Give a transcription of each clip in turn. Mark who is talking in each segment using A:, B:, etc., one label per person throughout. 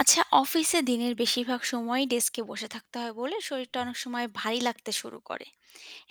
A: আচ্ছা, অফিসে দিনের বেশিরভাগ সময়ই ডেস্কে বসে থাকতে হয় বলে শরীরটা অনেক সময় ভারী লাগতে শুরু করে।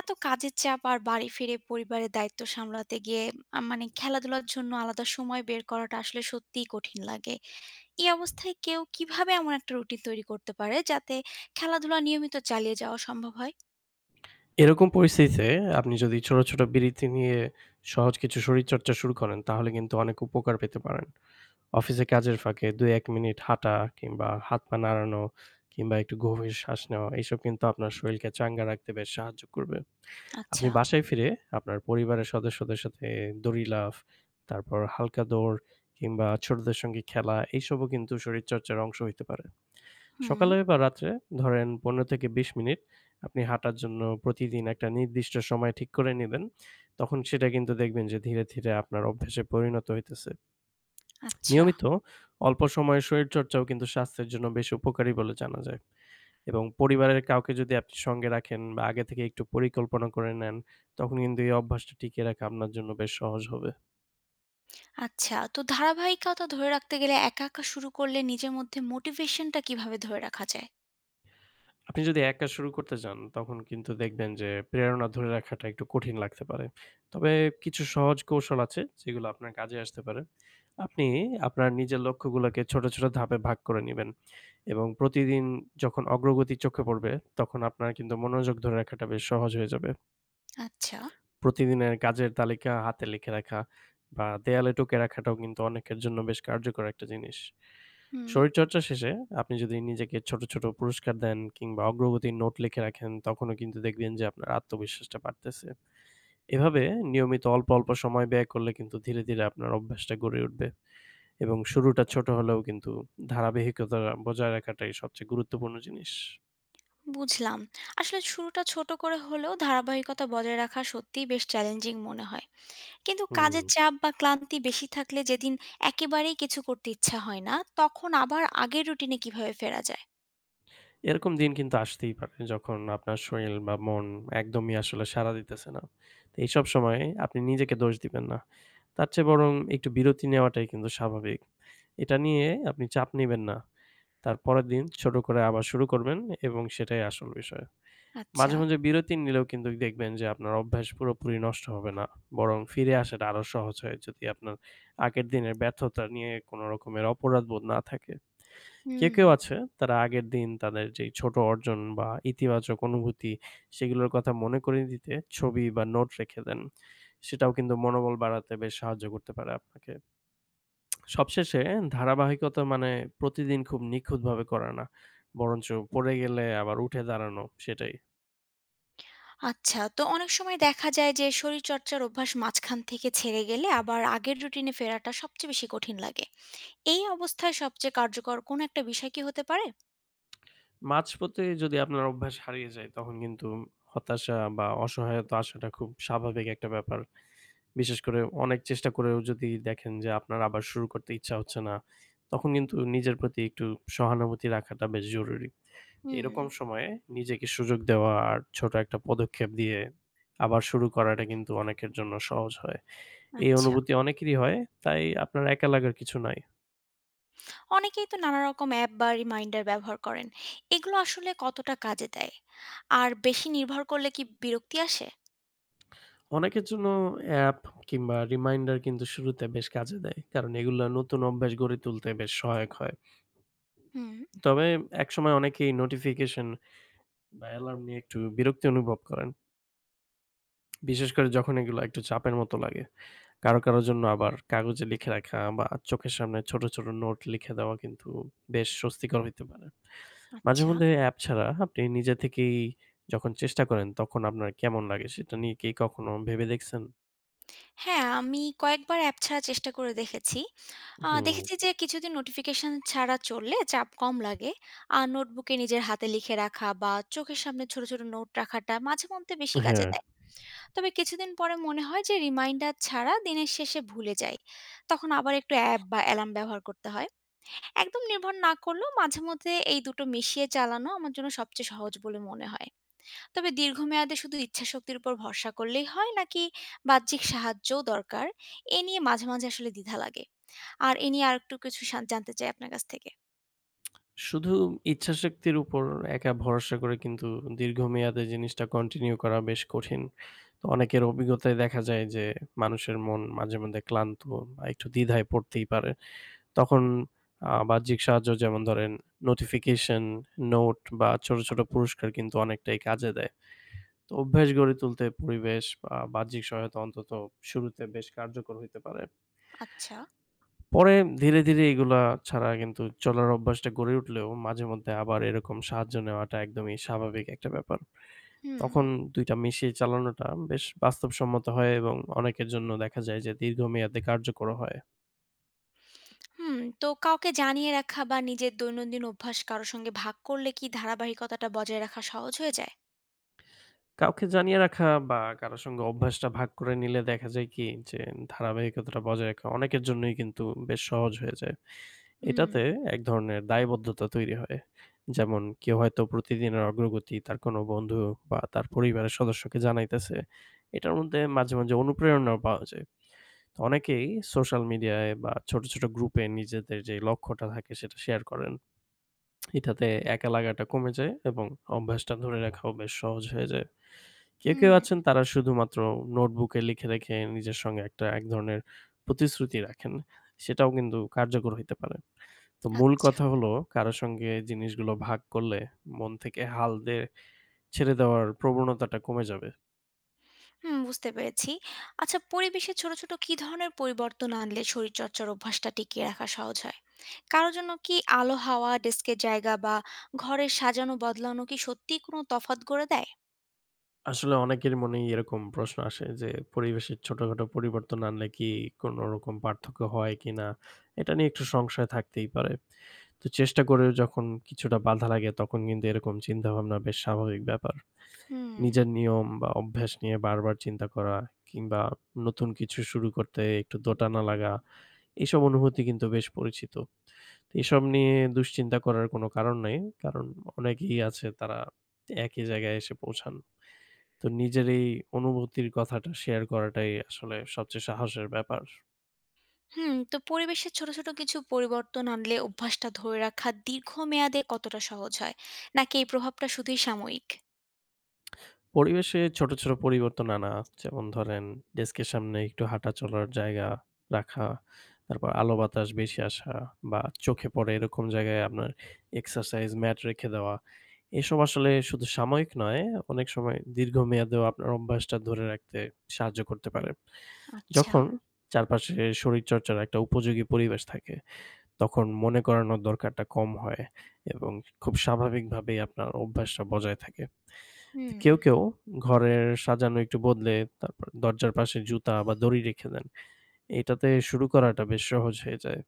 A: এত কাজের চাপ আর বাড়ি ফিরে পরিবারের দায়িত্ব সামলাতে গিয়ে মানে খেলাধুলার জন্য আলাদা সময় বের করাটা আসলে সত্যিই কঠিন লাগে। এই অবস্থায় কেউ কিভাবে এমন একটা রুটিন তৈরি করতে পারে যাতে খেলাধুলা নিয়মিত চালিয়ে যাওয়া সম্ভব হয়?
B: এরকম পরিস্থিতিতে আপনি যদি ছোট, ছোট বিরতি নিয়ে সহজ কিছু শরীরচর্চা শুরু করেন তাহলে কিন্তু অনেক উপকার পেতে পারেন। অফিসে কাজের ফাঁকে ২-১ মিনিট হাঁটা কিংবা হাত-পা নাড়ানো কিংবা একটু গভীর শ্বাস নেওয়া এসব কিন্তু আপনার শরীরকে চাঙ্গা রাখতে বেশ সাহায্য করবে। আপনি
A: আচ্ছা।
B: বাসায় ফিরে আপনার পরিবারের সদস্যদের সাথে দড়ি লাফ, তারপর হালকা দৌড় কিংবা ছোটদের সঙ্গে খেলা এইসবও কিন্তু শরীরচর্চার অংশ হইতে পারে।
A: হুম।
B: সকালে বা রাত্রে ধরেন 15-20 মিনিট আপনি হাঁটার জন্য প্রতিদিন একটা নির্দিষ্ট সময় ঠিক করে নিবেন। তখন সেটা কিন্তু দেখবেন যে ধীরে, ধীরে আপনার অভ্যাসে পরিণত হইতেছে।
A: আচ্ছা।
B: নিয়মিত অল্প সময়ে শরীরচর্চাও কিন্তু স্বাস্থ্যের জন্য বেশ উপকারী বলে জানা যায়। এবং পরিবারের কাউকে যদি আপনি সঙ্গে রাখেন বা আগে থেকে একটু পরিকল্পনা করে নেন, তখন কিন্তু এই অভ্যাসটা টিকিয়ে রাখা আপনার জন্য বেশ সহজ হবে।
A: আচ্ছা, তো ধারাবাহিকতা ধরে রাখতে গেলে একা একা শুরু করলে নিজের মধ্যে মোটিভেশনটা কিভাবে ধরে রাখা যায়?
B: আপনি যদি একা শুরু করতে যান, তখন কিন্তু দেখবেন যে প্রেরণা ধরে রাখাটা একটু কঠিন লাগতে পারে। তবে কিছু সহজ কৌশল আছে যেগুলো আপনার কাজে আসতে পারে। আপনি আপনার নিজের লক্ষ্যগুলোকে ছোট, ছোট ধাপে ভাগ করে নিবেন এবং প্রতিদিন যখন অগ্রগতি চোখে পড়বে, তখন আপনার কিন্তু মনোযোগ ধরে রাখাটা বেশ সহজ হয়ে যাবে।
A: আচ্ছা।
B: প্রতিদিনের কাজের তালিকা হাতে লিখে রাখা বা দেয়ালে টুকে রাখাটাও কিন্তু অনেকের জন্য বেশ কার্যকর একটা জিনিস।
A: হুম।
B: শরীরচর্চা শেষে আপনি যদি নিজেকে ছোট, ছোট পুরস্কার দেন কিংবা অগ্রগতির নোট লিখে রাখেন তখনও কিন্তু দেখবেন যে আপনার আত্মবিশ্বাসটা বাড়তেছে। এভাবে নিয়মিত অল্প, অল্প সময় ব্যয় করলে কিন্তু ধীরে, ধীরে আপনার অভ্যাসটা গড়ে উঠবে এবং শুরুটা ছোট হলেও কিন্তু ধারাবাহিকতা বজায় রাখাটাই সবচেয়ে গুরুত্বপূর্ণ জিনিস।
A: বুঝলাম। আসলে শুরুটা ছোট করে হলেও ধারাবাহিকতা বজায় রাখা সত্যিই বেশ চ্যালেঞ্জিং মনে হয়, কিন্তু
B: হুম।
A: কাজের চাপ বা ক্লান্তি বেশি থাকলে যেদিন একেবারেই কিছু করতে ইচ্ছা হয় না তখন আবার আগের রুটিনে কিভাবে ফেরা যায়?
B: এরকম দিন কিন্তু আসতেই পারে যখন আপনার শরীর বা মন একদমই আসলে সাড়া দিতেছে না। তো এইসব সময়ে আপনি নিজেকে দোষ দিবেন না। তার চেয়ে বরং একটু বিরতি নেওয়াটাই কিন্তু স্বাভাবিক। এটা নিয়ে আপনি চাপ নিবেন না। তার পরের দিন ছোট করে আবার শুরু করবেন এবং সেটাই আসল বিষয়।
A: আচ্ছা।
B: মাঝে, মাঝে বিরতি নিলেও কিন্তু দেখবেন যে আপনার অভ্যাস পুরোপুরি নষ্ট হবে না। বরং ফিরে আসাটা আরো সহজ হয় যদি আপনার আগের দিনের ব্যর্থতা নিয়ে কোনো রকমের অপরাধবোধ না থাকে। কেউ,
A: হুম।
B: কেউ আছে তারা আগের দিন তাদের যেই ছোট অর্জন বা ইতিবাচক অনুভূতি সেগুলোর কথা মনে করিয়ে দিতে ছবি বা নোট রেখে দেন। সেটাও কিন্তু মনোবল বাড়াতে বেশ সাহায্য করতে পারে আপনাকে। সবশেষে ধারাবাহিকতা মানে প্রতিদিন খুব নিখুঁতভাবে করা না। বরঞ্চ পড়ে গেলে আবার উঠে দাঁড়ানো সেটাই।
A: আচ্ছা, তো অনেক সময় দেখা যায় যে শরীরচর্চার অভ্যাস মাঝখান থেকে ছেড়ে গেলে আবার আগের রুটিনে ফেরাটা সবচেয়ে বেশি কঠিন লাগে। এই অবস্থায় সবচেয়ে কার্যকর কোন একটা বিষয় কি হতে পারে?
B: মাঝপথে যদি আপনার অভ্যাস হারিয়ে যায় তখন কিন্তু হতাশা বা অসহায়তা আসাটা খুব স্বাভাবিক একটা ব্যাপার। বিশেষ করে অনেক চেষ্টা করেও যদি দেখেন যে আপনার আবার শুরু করতে ইচ্ছা হচ্ছে না, তখন কিন্তু নিজের প্রতি একটু সহানুভূতি রাখাটা বেশ জরুরি।
A: হুম।
B: এরকম সময়ে নিজেকে সুযোগ দেওয়া আর ছোট একটা পদক্ষেপ দিয়ে আবার শুরু করাটা কিন্তু অনেকের জন্য সহজ হয়। এই
A: আচ্ছা,
B: অনুভূতি অনেকেরই হয়, তাই আপনার একা লাগার কিছু নাই।
A: অনেকেই তো নানা রকম অ্যাপ বা রিমাইন্ডার ব্যবহার করেন। এগুলো আসলে কতটা কাজে দেয়? আর বেশি নির্ভর করলে কি বিরক্তি আসে?
B: অনেকের জন্য অ্যাপ কিংবা রিমাইন্ডার কিন্তু শুরুতে বেশ কাজে দেয়। কারণ এগুলা নতুন অভ্যাস গড়ে তুলতে বেশ সহায়ক হয়।
A: হুম।
B: তবে একসময় অনেকেই নোটিফিকেশন বা অ্যালার্ম নিয়ে একটু বিরক্তি অনুভব করেন। বিশেষ করে যখন এগুলো একটু চাপের মতো লাগে। কারো, কারো জন্য আবার কাগজে লিখে রাখা বা চোখের সামনে ছোট, ছোট নোট লিখে দেওয়া কিন্তু বেশ স্বস্তিকর হইতে পারে।
A: আচ্ছা।
B: মাঝেমধ্যে অ্যাপ ছাড়া আপনি নিজে থেকেই যখন চেষ্টা করেন তখন আপনার কেমন লাগে সেটা নিয়ে কি কখনো ভেবে দেখছেন?
A: হ্যাঁ, আমি কয়েকবার অ্যাপ ছাড়ার চেষ্টা করে দেখেছি।
B: হুম,
A: দেখেছি যে কিছুদিন নোটিফিকেশন ছাড়া চললে চাপ কম লাগে। আর নোটবুকে নিজের হাতে লিখে রাখা বা চোখের সামনে ছোট, ছোট নোট রাখাটা মাঝেমধ্যে বেশি কাজে
B: হ্যাঁ।
A: দেয়। তবে কিছুদিন পরে মনে হয় যে রিমাইন্ডার ছাড়া দিনের শেষে ভুলে যাই। তখন আবার একটু অ্যাপ বা অ্যালার্ম ব্যবহার করতে হয়। একদম নির্ভর না করলেও মাঝেমধ্যে এই দুটো মিশিয়ে চালানো আমার জন্য সবচেয়ে সহজ বলে মনে হয়। তবে দীর্ঘমেয়াদে শুধু ইচ্ছাশক্তির উপর ভরসা করলেই হয় নাকি বাহ্যিক সাহায্যও দরকার? এ নিয়ে মাঝে, মাঝে আসলে দ্বিধা লাগে। আর এ নিয়ে আরেকটু কিছু জানতে চাই আপনার কাছ থেকে।
B: শুধু ইচ্ছাশক্তির উপর একা ভরসা করে কিন্তু দীর্ঘমেয়াদে জিনিসটা কন্টিনিউ করা বেশ কঠিন। তো অনেকের অভিজ্ঞতায় দেখা যায় যে মানুষের মন মাঝে মধ্যে ক্লান্ত বা একটু দ্বিধায় পড়তেই পারে। তখন বাহ্যিক সাহায্য যেমন ধরেন নোটিফিকেশন, নোট বা ছোট, ছোট পুরস্কার কিন্তু অনেকটাই কাজে দেয়। তো অভ্যাস গড়ে তুলতে পরিবেশ বা বাহ্যিক সহায়তা অন্তত শুরুতে বেশ কার্যকর হইতে পারে।
A: আচ্ছা।
B: পরে ধীরে, ধীরে এগুলা ছাড়া কিন্তু চলার অভ্যাসটা গড়ে উঠলেও মাঝে মধ্যে আবার এরকম সাহায্য নেওয়াটা একদমই স্বাভাবিক একটা ব্যাপার।
A: হুম,
B: তখন ২ টা মিশিয়ে চালানোটা বেশ বাস্তবসম্মত হয় এবং অনেকের জন্য দেখা যায় যে দীর্ঘমেয়াদে কার্যকর হয়।
A: হুম। তো কাউকে জানিয়ে রাখা বা নিজের দৈনন্দিন অভ্যাস কারো সঙ্গে ভাগ করলে কি ধারাবাহিকতাটা বজায় রাখা সহজ হয়ে যায়?
B: কাউকে জানিয়ে রাখা বা কারো সঙ্গে অভ্যাসটা ভাগ করে নিলে দেখা যায় কি যে ধারাবাহিকতাটা বজায় রাখা অনেকের জন্যই কিন্তু বেশ সহজ হয়ে যায়।
A: হুম,
B: এটাতে এক ধরনের দায়বদ্ধতা তৈরি হয়। যেমন কেউ হয়তো প্রতিদিনের অগ্রগতি তার কোনো বন্ধু বা তার পরিবারের সদস্যকে জানাইতেছে। এটার মধ্যে মাঝে, মাঝে অনুপ্রেরণাও পাওয়া যায়। তো অনেকেই সোশ্যাল মিডিয়ায় বা ছোট, ছোট গ্রুপে নিজেদের যে লক্ষ্যটা থাকে সেটা শেয়ার করেন। এটাতে একা লাগাটা কমে যায় এবং অভ্যাসটা ধরে রাখাও বেশ সহজ হয়ে যায়। কেউ, কেউ
A: হুম।
B: আছেন তারা শুধুমাত্র নোটবুকে লিখে রেখে নিজের সঙ্গে একটা এক ধরনের প্রতিশ্রুতি রাখেন। সেটাও কিন্তু কার্যকর হইতে পারে। তো মূল
A: আচ্ছা।
B: কথা হলো কারো সঙ্গে জিনিসগুলো ভাগ করলে মন থেকে হাল দিয়ে ছেড়ে দেওয়ার প্রবণতাটা কমে যাবে।
A: হুম, বুঝতে পেরেছি। আচ্ছা, পরিবেশে ছোট, ছোট কি ধরনের পরিবর্তন আনলে শরীরচর্চার অভ্যাসটা টিকিয়ে রাখা সহজ হয়? কারো জন্য কি আলো, হাওয়া, ডেস্কের জায়গা বা ঘরের সাজানো বদলানো কি সত্যিই কোনো তফাৎ গড়ে দেয়?
B: আসলে অনেকের মনেই এরকম প্রশ্ন আসে যে পরিবেশের ছোটখাটো পরিবর্তন আনলে কি কোনো রকম পার্থক্য হয় কিনা? এটা নিয়ে একটু সংশয় থাকতেই পারে। তো চেষ্টা করেও যখন কিছুটা বাধা লাগে তখন কিন্তু এরকম চিন্তাভাবনা বেশ স্বাভাবিক ব্যাপার।
A: হুম,
B: নিজের নিয়ম বা অভ্যাস নিয়ে বারবার চিন্তা করা কিংবা নতুন কিছু শুরু করতে একটু দোটানা লাগা, এসব অনুভূতি কিন্তু বেশ পরিচিত। তো এসব নিয়ে দুশ্চিন্তা করার কোনো কারণ নেই। কারণ অনেকেই আছে তারা একই জায়গায় এসে পৌঁছান। তো নিজের এই অনুভূতির কথাটা শেয়ার করাটাই আসলে সবচেয়ে সাহসের ব্যাপার।
A: হুম। তো পরিবেশে ছোট, ছোট কিছু পরিবর্তন আনলে অভ্যাসটা ধরে রাখা দীর্ঘমেয়াদে কতটা সহজ হয়? নাকি এই প্রভাবটা শুধুই সাময়িক?
B: পরিবেশে ছোট, ছোট পরিবর্তন আনা। যেমন ধরেন ডেস্কের সামনে একটু হাঁটা চলার জায়গা রাখা, তারপর আলো বাতাস বেশি আসা বা চোখে পড়ে এরকম জায়গায় আপনার এক্সারসাইজ ম্যাট রেখে দেওয়া। এসব আসলে শুধু সাময়িক নয়, অনেক সময় দীর্ঘমেয়াদেও আপনার অভ্যাসটা ধরে রাখতে সাহায্য করতে পারে।
A: আচ্ছা।
B: যখন চারপাশে শরীরচর্চার একটা উপযোগী পরিবেশ থাকে, তখন মনে করানোর দরকারটা কম হয় এবং খুব স্বাভাবিকভাবেই আপনার অভ্যাসটা বজায় থাকে। তো
A: হুম,
B: কেউ, কেউ ঘরের সাজানো একটু বদলে তারপর দরজার পাশে জুতা বা দড়ি রেখে দেন। এটাতে শুরু করাটা বেশ সহজ হয়ে যায়।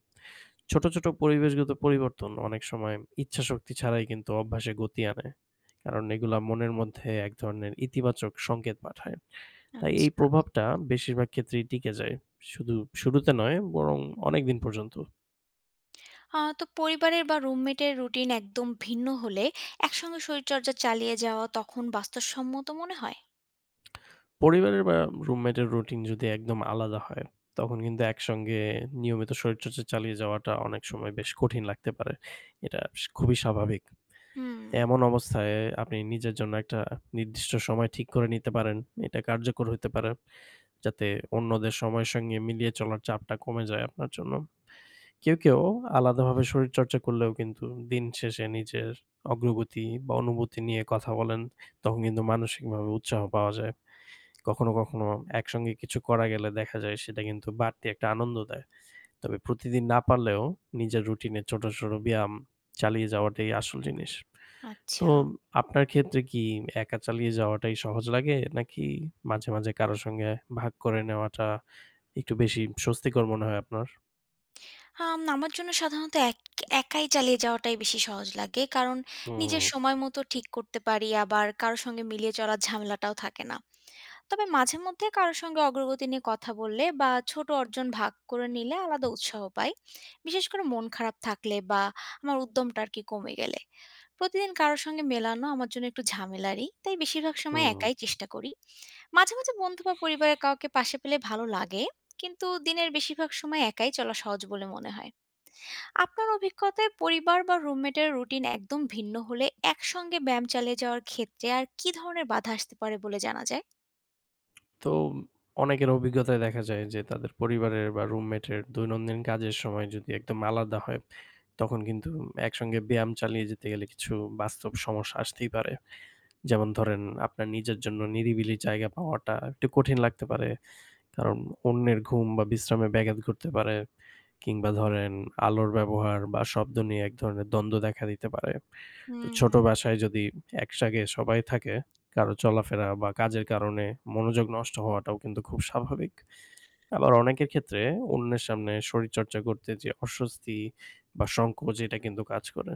B: ছোট, ছোট পরিবেশগত পরিবর্তন অনেক সময় ইচ্ছাশক্তি ছাড়াই কিন্তু অভ্যাসে গতি আনে। কারণ এগুলা মনের মধ্যে এক ধরনের ইতিবাচক সংকেত পাঠায়। তাই এই
A: আচ্ছা।
B: প্রভাবটা বেশিরভাগ ক্ষেত্রেই টিকে যায়। শুধু শুরুতে নয় বরং অনেকদিন পর্যন্ত।
A: তো পরিবারের বা রুমমেটের রুটিন একদম ভিন্ন হলে একসঙ্গে শরীরচর্চা চালিয়ে যাওয়া তখন বাস্তবসম্মত মনে হয়?
B: পরিবারের বা রুমমেটের রুটিন যদি একদম আলাদা হয়, তখন কিন্তু একসঙ্গে নিয়মিত শরীরচর্চা চালিয়ে যাওয়াটা অনেক সময় বেশ কঠিন লাগতে পারে। এটা খুবই স্বাভাবিক।
A: হুম,
B: এমন অবস্থায় আপনি নিজের জন্য একটা নির্দিষ্ট সময় ঠিক করে নিতে পারেন। এটা কার্যকর হতে পারে। যাতে অন্যদের সময়ের সঙ্গে মিলিয়ে চলার চাপটা কমে যায় আপনার জন্য। কেউ, কেউ আলাদাভাবে শরীরচর্চা করলেও কিন্তু দিন শেষে নিজের অগ্রগতি বা অনুভূতি নিয়ে কথা বলেন। তখন কিন্তু মানসিকভাবে উৎসাহ পাওয়া যায়। কখনো, কখনো একসঙ্গে কিছু করা গেলে দেখা যায় সেটা কিন্তু বাড়তি একটা আনন্দ দেয়। তবে প্রতিদিন না পারলেও নিজের রুটিনে ছোট, ছোট ব্যায়াম চালিয়ে যাওয়াটাই আসল জিনিস। তো
A: আচ্ছা।
B: আপনার ক্ষেত্রে কি একা চালিয়ে যাওয়াটাই সহজ লাগে? নাকি মাঝে, মাঝে কারো সঙ্গে ভাগ করে নেওয়াটা একটু বেশি স্বস্তিকর মনে হয় আপনার?
A: আমার জন্য সাধারণত একাই চালিয়ে যাওয়াটাই বেশি সহজ লাগে। কারণ নিজের
B: হুম,
A: সময় মতো ঠিক করতে পারি, আবার কারো সঙ্গে মিলিয়ে চলার ঝামেলাটাও থাকে না। তবে মাঝে মধ্যে কারো সঙ্গে অগ্রগতি নিয়ে কথা বললে বা ছোট অর্জন ভাগ করে নিলে আলাদা উৎসাহ পাই। বিশেষ করে মন খারাপ থাকলে বা আমার উদ্যমটা আর কি কমে গেলে। প্রতিদিন কারো সঙ্গে মেলানো আমার জন্য একটু ঝামেলারই। তাই বেশিরভাগ সময়
B: হুম।
A: একাই চেষ্টা করি। মাঝে, মাঝে বন্ধু বা পরিবারের কাউকে পাশে পেলে ভালো লাগে। কিন্তু দিনের বেশিরভাগ সময় একাই চলা সহজ বলে মনে হয়। আপনার অভিজ্ঞতায় পরিবার বা রুমমেটের রুটিন একদম ভিন্ন হলে একসঙ্গে ব্যায়াম চালিয়ে যাওয়ার ক্ষেত্রে আর কি ধরনের বাধা আসতে পারে বলে জানা যায়?
B: তো অনেকের অভিজ্ঞতায় দেখা যায় যে তাদের পরিবারের বা রুমমেটের দৈনন্দিন কাজের সময় যদি একদম আলাদা হয় তখন কিন্তু একসঙ্গে ব্যায়াম চালিয়ে যেতে গেলে কিছু বাস্তব সমস্যা আসতেই পারে। যেমন ধরেন আপনার নিজের জন্য নিরিবিলি জায়গা পাওয়াটা একটু কঠিন লাগতে পারে। কারণ অন্যের ঘুম বা বিশ্রামে ব্যাঘাত ঘটতে পারে কিংবা ধরেন আলোর ব্যবহার বা শব্দ নিয়ে এক ধরনের দ্বন্দ্ব দেখা দিতে পারে। তো
A: হুম।
B: ছোট বাসায় যদি একসাথে সবাই থাকে, কারো চলাফেরা বা কাজের কারণে মনোযোগ নষ্ট হওয়াটাও কিন্তু খুব স্বাভাবিক। আবার অনেকের ক্ষেত্রে অন্যের সামনে শরীরচর্চা করতে যে অস্বস্তি বা সংকোচ এটা কিন্তু কাজ করে।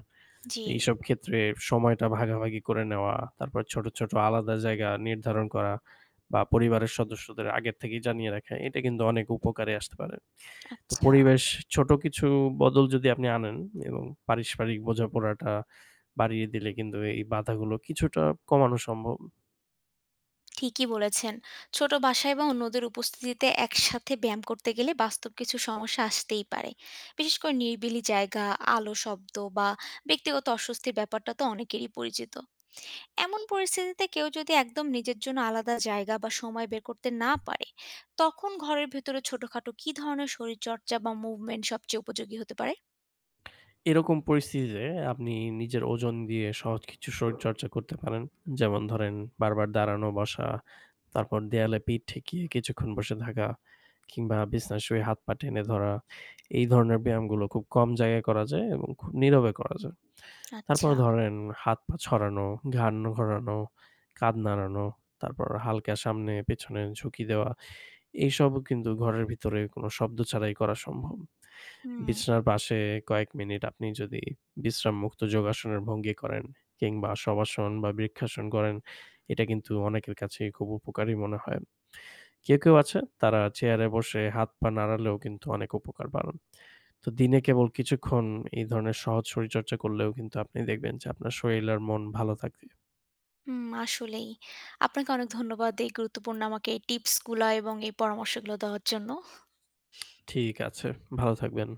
A: জি।
B: এইসব ক্ষেত্রে সময়টা ভাগাভাগি করে নেওয়া, তারপর ছোট, ছোট আলাদা জায়গা নির্ধারণ করা বা পরিবারের সদস্যদের আগের থেকেই জানিয়ে রাখা, এটা কিন্তু অনেক উপকারে আসতে পারে। তো
A: আচ্ছা।
B: পরিবেশ ছোট কিছু বদল যদি আপনি আনেন এবং পারস্পরিক বোঝাপড়াটা বাড়িয়ে দিলে কিন্তু এই বাধাগুলো কিছুটা কমানো সম্ভব।
A: ঠিকই বলেছেন, ছোট বাসায় বা অন্যদের উপস্থিতিতে একসাথে ব্যায়াম করতে গেলে বাস্তব কিছু সমস্যা আসতেই পারে। বিশেষ করে নিরিবিলি জায়গা, আলো, শব্দ বা ব্যক্তিগত অস্বস্তির ব্যাপারটা তো অনেকেরই পরিচিত। এমন পরিস্থিতিতে কেউ যদি একদম নিজের জন্য আলাদা জায়গা বা সময় বের করতে না পারে, তখন ঘরের ভেতরে ছোটখাটো কি ধরনের শরীরচর্চা বা মুভমেন্ট সবচেয়ে উপযোগী হতে পারে?
B: এরকম পরিস্থিতিতে আপনি নিজের ওজন দিয়ে সহজ কিছু শরীরচর্চা করতে পারেন। যেমন ধরেন বারবার দাঁড়ানো, বসা তারপর দেয়ালে পিঠ ঠেকিয়ে কিছুক্ষণ বসে থাকা কিংবা বিছানায় শুয়ে হাত পা টেনে ধরা। এই ধরনের ব্যায়ামগুলো খুব কম জায়গায় করা যায় এবং খুব নীরবে করা যায়। তারপর
A: আচ্ছা।
B: ধরেন হাত পা ছড়ানো, ঘাড় ঘোরানো, কাঁধ নাড়ানো, তারপর হালকা সামনে পেছনে ঝুঁকি দেওয়া। এইসবও কিন্তু ঘরের ভিতরে কোনো শব্দ ছাড়াই করা সম্ভব।
A: হুম,
B: বিছানার পাশে কয়েক মিনিট আপনি যদি বিশ্রামমুক্ত যোগাসনের ভঙ্গি করেন কিংবা শবাসন বা বৃক্ষাসন করেন, এটা কিন্তু অনেকের কাছেই খুব উপকারী মনে হয়। কেউ, কেউ আছে তারা চেয়ারে বসে হাত-পা নাড়ালেও কিন্তু অনেক উপকার বাড়ান। তো দিনে কেবল কিছুক্ষণ এই ধরনের সহজ শরীরচর্চা করলেও কিন্তু আপনি দেখবেন যে আপনার শরীর আর মন ভালো থাকবে।
A: হুম, আসলেই। আপনাকে অনেক ধন্যবাদ এই গুরুত্বপূর্ণ আমাকে এই টিপসগুলা এবং এই পরামর্শগুলো দেওয়ার জন্য।
B: ঠিক আছে, ভালো থাকবেন।